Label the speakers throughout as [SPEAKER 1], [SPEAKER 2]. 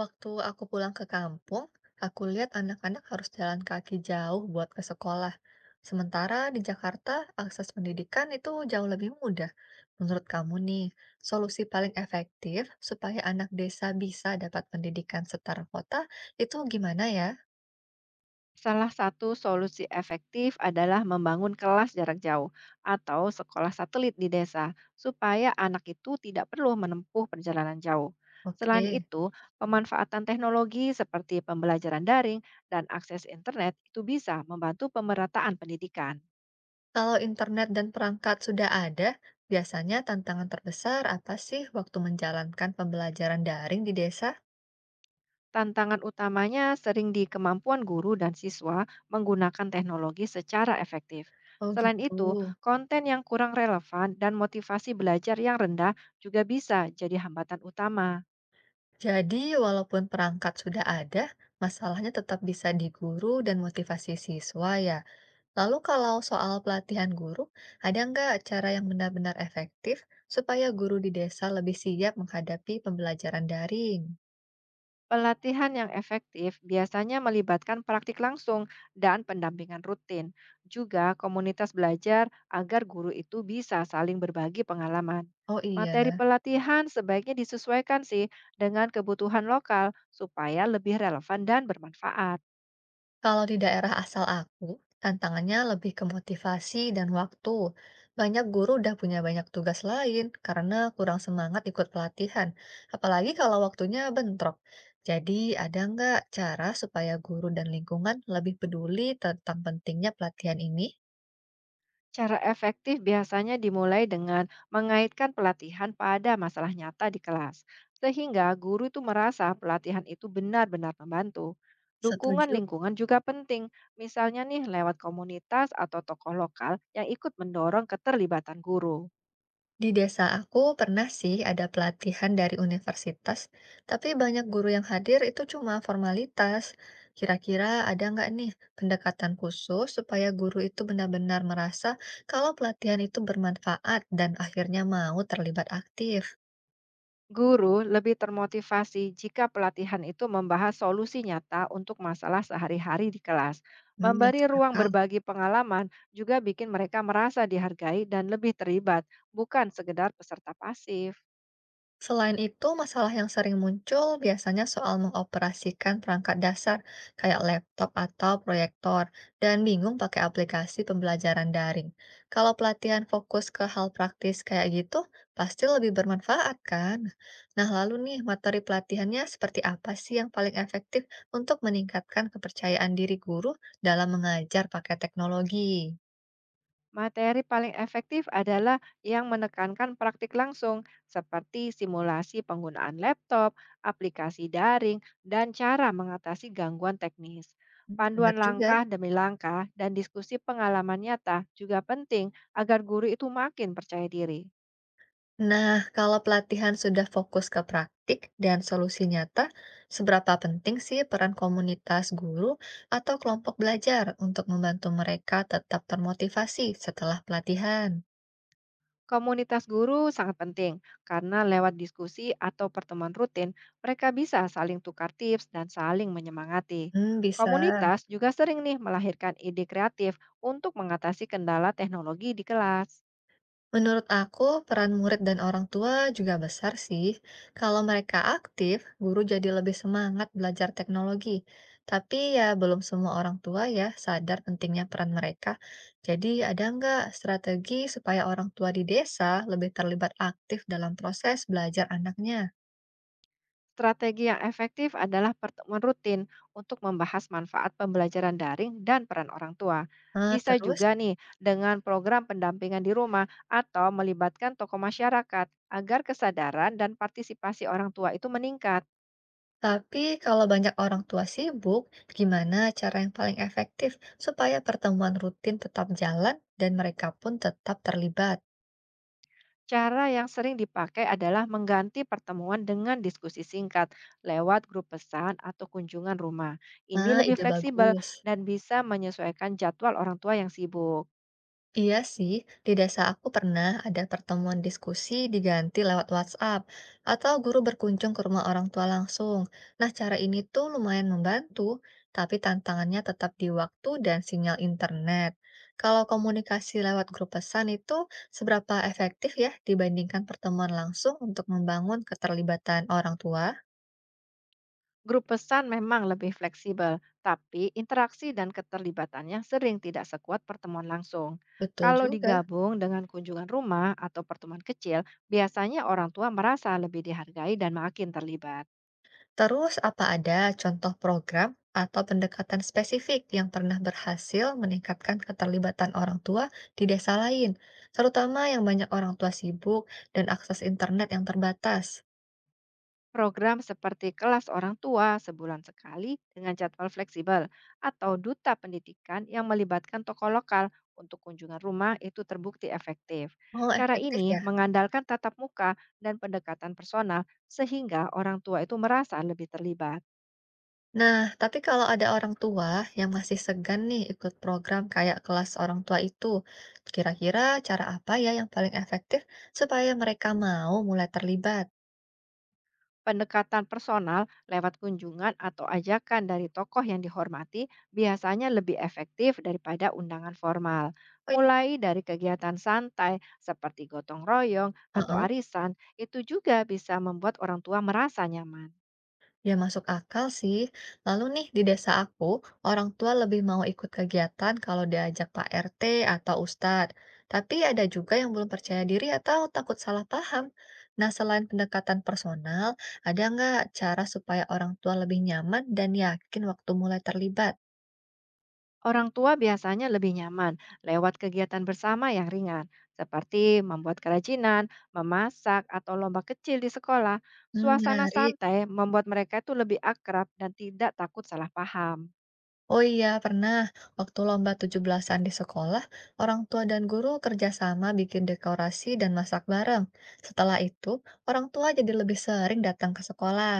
[SPEAKER 1] Waktu aku pulang ke kampung, aku lihat anak-anak harus jalan kaki jauh buat ke sekolah. Sementara di Jakarta, akses pendidikan itu jauh lebih mudah. Menurut kamu nih, solusi paling efektif supaya anak desa bisa dapat pendidikan setara kota itu gimana ya?
[SPEAKER 2] Salah satu solusi efektif adalah membangun kelas jarak jauh atau sekolah satelit di desa, supaya anak itu tidak perlu menempuh perjalanan jauh. Selain
[SPEAKER 1] Oke,
[SPEAKER 2] itu, pemanfaatan teknologi seperti pembelajaran daring dan akses internet itu bisa membantu pemerataan pendidikan.
[SPEAKER 1] kalau internet dan perangkat sudah ada, biasanya tantangan terbesar apa sih waktu menjalankan pembelajaran daring di desa?
[SPEAKER 2] Tantangan utamanya sering di kemampuan guru dan siswa menggunakan teknologi secara efektif.
[SPEAKER 1] Oh
[SPEAKER 2] Selain
[SPEAKER 1] gitu.
[SPEAKER 2] itu, konten yang kurang relevan dan motivasi belajar yang rendah juga bisa jadi hambatan utama.
[SPEAKER 1] Jadi, walaupun perangkat sudah ada, masalahnya tetap bisa di guru dan motivasi siswa ya. Lalu kalau soal pelatihan guru, ada nggak cara yang benar-benar efektif supaya guru di desa lebih siap menghadapi pembelajaran daring?
[SPEAKER 2] Pelatihan yang efektif biasanya melibatkan praktik langsung dan pendampingan rutin, juga komunitas belajar agar guru itu bisa saling berbagi pengalaman.
[SPEAKER 1] Oh
[SPEAKER 2] Materi
[SPEAKER 1] iya.
[SPEAKER 2] pelatihan sebaiknya disesuaikan sih dengan kebutuhan lokal supaya lebih relevan dan bermanfaat.
[SPEAKER 1] Kalau di daerah asal aku, tantangannya lebih ke motivasi dan waktu. Banyak guru udah punya banyak tugas lain karena kurang semangat ikut pelatihan, apalagi kalau waktunya bentrok. Jadi, ada nggak cara supaya guru dan lingkungan lebih peduli tentang pentingnya pelatihan ini?
[SPEAKER 2] Cara efektif biasanya dimulai dengan mengaitkan pelatihan pada masalah nyata di kelas, sehingga guru itu merasa pelatihan itu benar-benar membantu. Dukungan
[SPEAKER 1] Setuju.
[SPEAKER 2] lingkungan juga penting, misalnya nih lewat komunitas atau tokoh lokal yang ikut mendorong keterlibatan guru.
[SPEAKER 1] Di desa aku pernah sih ada pelatihan dari universitas, tapi banyak guru yang hadir itu cuma formalitas. Kira-kira ada nggak nih pendekatan khusus supaya guru itu benar-benar merasa kalau pelatihan itu bermanfaat dan akhirnya mau terlibat aktif?
[SPEAKER 2] Guru lebih termotivasi jika pelatihan itu membahas solusi nyata untuk masalah sehari-hari di kelas.
[SPEAKER 1] Hmm,
[SPEAKER 2] Memberi
[SPEAKER 1] masuk
[SPEAKER 2] ruang
[SPEAKER 1] akal.
[SPEAKER 2] berbagi pengalaman juga bikin mereka merasa dihargai dan lebih terlibat, bukan sekedar peserta pasif.
[SPEAKER 1] Selain itu, masalah yang sering muncul biasanya soal mengoperasikan perangkat dasar kayak laptop atau proyektor dan bingung pakai aplikasi pembelajaran daring. Kalau pelatihan fokus ke hal praktis kayak gitu, pasti lebih bermanfaat kan? Nah, lalu nih, materi pelatihannya seperti apa sih yang paling efektif untuk meningkatkan kepercayaan diri guru dalam mengajar pakai teknologi?
[SPEAKER 2] Materi paling efektif adalah yang menekankan praktik langsung, seperti simulasi penggunaan laptop, aplikasi daring, dan cara mengatasi gangguan teknis.
[SPEAKER 1] Hmm, bener
[SPEAKER 2] Panduan
[SPEAKER 1] juga.
[SPEAKER 2] langkah demi langkah dan diskusi pengalaman nyata juga penting agar guru itu makin percaya diri.
[SPEAKER 1] Nah, kalau pelatihan sudah fokus ke praktik dan solusi nyata, seberapa penting sih peran komunitas guru atau kelompok belajar untuk membantu mereka tetap termotivasi setelah pelatihan?
[SPEAKER 2] Komunitas guru sangat penting karena lewat diskusi atau pertemuan rutin, mereka bisa saling tukar tips dan saling menyemangati.
[SPEAKER 1] Hmm, bisa.
[SPEAKER 2] Komunitas juga sering nih melahirkan ide kreatif untuk mengatasi kendala teknologi di kelas.
[SPEAKER 1] Menurut aku, peran murid dan orang tua juga besar sih. Kalau mereka aktif, guru jadi lebih semangat belajar teknologi. Tapi ya belum semua orang tua ya sadar pentingnya peran mereka. Jadi ada nggak strategi supaya orang tua di desa lebih terlibat aktif dalam proses belajar anaknya?
[SPEAKER 2] Strategi yang efektif adalah pertemuan rutin untuk membahas manfaat pembelajaran daring dan peran orang tua.
[SPEAKER 1] Eh,
[SPEAKER 2] Bisa
[SPEAKER 1] terus,
[SPEAKER 2] juga nih dengan program pendampingan di rumah atau melibatkan tokoh masyarakat agar kesadaran dan partisipasi orang tua itu meningkat.
[SPEAKER 1] tapi kalau banyak orang tua sibuk, gimana cara yang paling efektif supaya pertemuan rutin tetap jalan dan mereka pun tetap terlibat?
[SPEAKER 2] Cara yang sering dipakai adalah mengganti pertemuan dengan diskusi singkat lewat grup pesan atau kunjungan rumah. Ini
[SPEAKER 1] Ah,
[SPEAKER 2] lebih
[SPEAKER 1] ide
[SPEAKER 2] fleksibel
[SPEAKER 1] bagus.
[SPEAKER 2] dan bisa menyesuaikan jadwal orang tua yang sibuk.
[SPEAKER 1] Iya sih, di desa aku pernah ada pertemuan diskusi diganti lewat WhatsApp atau guru berkunjung ke rumah orang tua langsung. Nah, cara ini tuh lumayan membantu, tapi tantangannya tetap di waktu dan sinyal internet. Kalau komunikasi lewat grup pesan itu seberapa efektif ya dibandingkan pertemuan langsung untuk membangun keterlibatan orang tua?
[SPEAKER 2] Grup pesan memang lebih fleksibel, tapi interaksi dan keterlibatannya sering tidak sekuat pertemuan langsung.
[SPEAKER 1] Betul
[SPEAKER 2] Kalau
[SPEAKER 1] juga.
[SPEAKER 2] digabung dengan kunjungan rumah atau pertemuan kecil, biasanya orang tua merasa lebih dihargai dan makin terlibat.
[SPEAKER 1] Terus, apa ada contoh program atau pendekatan spesifik yang pernah berhasil meningkatkan keterlibatan orang tua di desa lain, terutama yang banyak orang tua sibuk dan akses internet yang terbatas?
[SPEAKER 2] Program seperti kelas orang tua sebulan sekali dengan jadwal fleksibel atau duta pendidikan yang melibatkan tokoh lokal untuk kunjungan rumah itu terbukti efektif.
[SPEAKER 1] Oh,
[SPEAKER 2] Cara
[SPEAKER 1] efektif
[SPEAKER 2] ini
[SPEAKER 1] ya.
[SPEAKER 2] mengandalkan tatap muka dan pendekatan personal sehingga orang tua itu merasa lebih terlibat.
[SPEAKER 1] Nah, tapi kalau ada orang tua yang masih segan nih ikut program kayak kelas orang tua itu, kira-kira cara apa ya yang paling efektif supaya mereka mau mulai terlibat?
[SPEAKER 2] Pendekatan personal lewat kunjungan atau ajakan dari tokoh yang dihormati biasanya lebih efektif daripada undangan formal.
[SPEAKER 1] Oh, iya.
[SPEAKER 2] Mulai dari kegiatan santai seperti gotong royong atau
[SPEAKER 1] Heeh.
[SPEAKER 2] arisan, itu juga bisa membuat orang tua merasa nyaman.
[SPEAKER 1] Ya masuk akal sih. Lalu nih di desa aku, orang tua lebih mau ikut kegiatan kalau diajak Pak RT atau Ustadz. Tapi ada juga yang belum percaya diri atau takut salah paham. Nah, selain pendekatan personal, ada nggak cara supaya orang tua lebih nyaman dan yakin waktu mulai terlibat?
[SPEAKER 2] Orang tua biasanya lebih nyaman lewat kegiatan bersama yang ringan, seperti membuat kerajinan, memasak, atau lomba kecil di sekolah.
[SPEAKER 1] Hmm,
[SPEAKER 2] Suasana
[SPEAKER 1] menarik.
[SPEAKER 2] santai membuat mereka itu lebih akrab dan tidak takut salah paham.
[SPEAKER 1] Oh iya, pernah. Waktu lomba 17-an di sekolah, orang tua dan guru kerjasama bikin dekorasi dan masak bareng. Setelah itu, orang tua jadi lebih sering datang ke sekolah.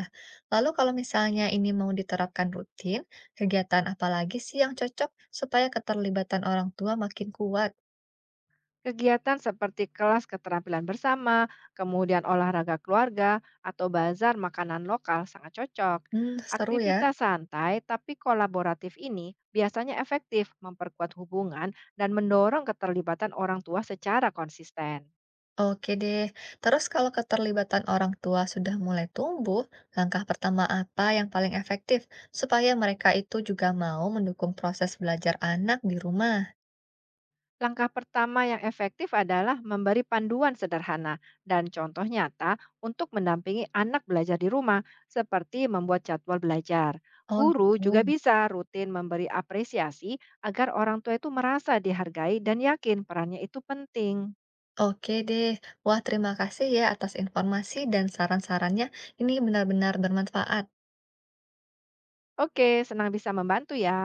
[SPEAKER 1] Lalu kalau misalnya ini mau diterapkan rutin, kegiatan apa lagi sih yang cocok supaya keterlibatan orang tua makin kuat?
[SPEAKER 2] Kegiatan seperti kelas keterampilan bersama, kemudian olahraga keluarga, atau bazar makanan lokal sangat cocok.
[SPEAKER 1] Hmm, seru ya.
[SPEAKER 2] Aktivitas santai tapi kolaboratif ini biasanya efektif memperkuat hubungan dan mendorong keterlibatan orang tua secara konsisten.
[SPEAKER 1] Oke deh. Terus kalau keterlibatan orang tua sudah mulai tumbuh, langkah pertama apa yang paling efektif supaya mereka itu juga mau mendukung proses belajar anak di rumah?
[SPEAKER 2] Langkah pertama yang efektif adalah memberi panduan sederhana dan contoh nyata untuk mendampingi anak belajar di rumah, seperti membuat jadwal belajar.
[SPEAKER 1] Oh
[SPEAKER 2] Guru
[SPEAKER 1] gitu.
[SPEAKER 2] juga bisa rutin memberi apresiasi agar orang tua itu merasa dihargai dan yakin perannya itu penting.
[SPEAKER 1] Oke deh. Wah, terima kasih ya atas informasi dan saran-sarannya. Ini benar-benar bermanfaat.
[SPEAKER 2] Oke, senang bisa membantu ya.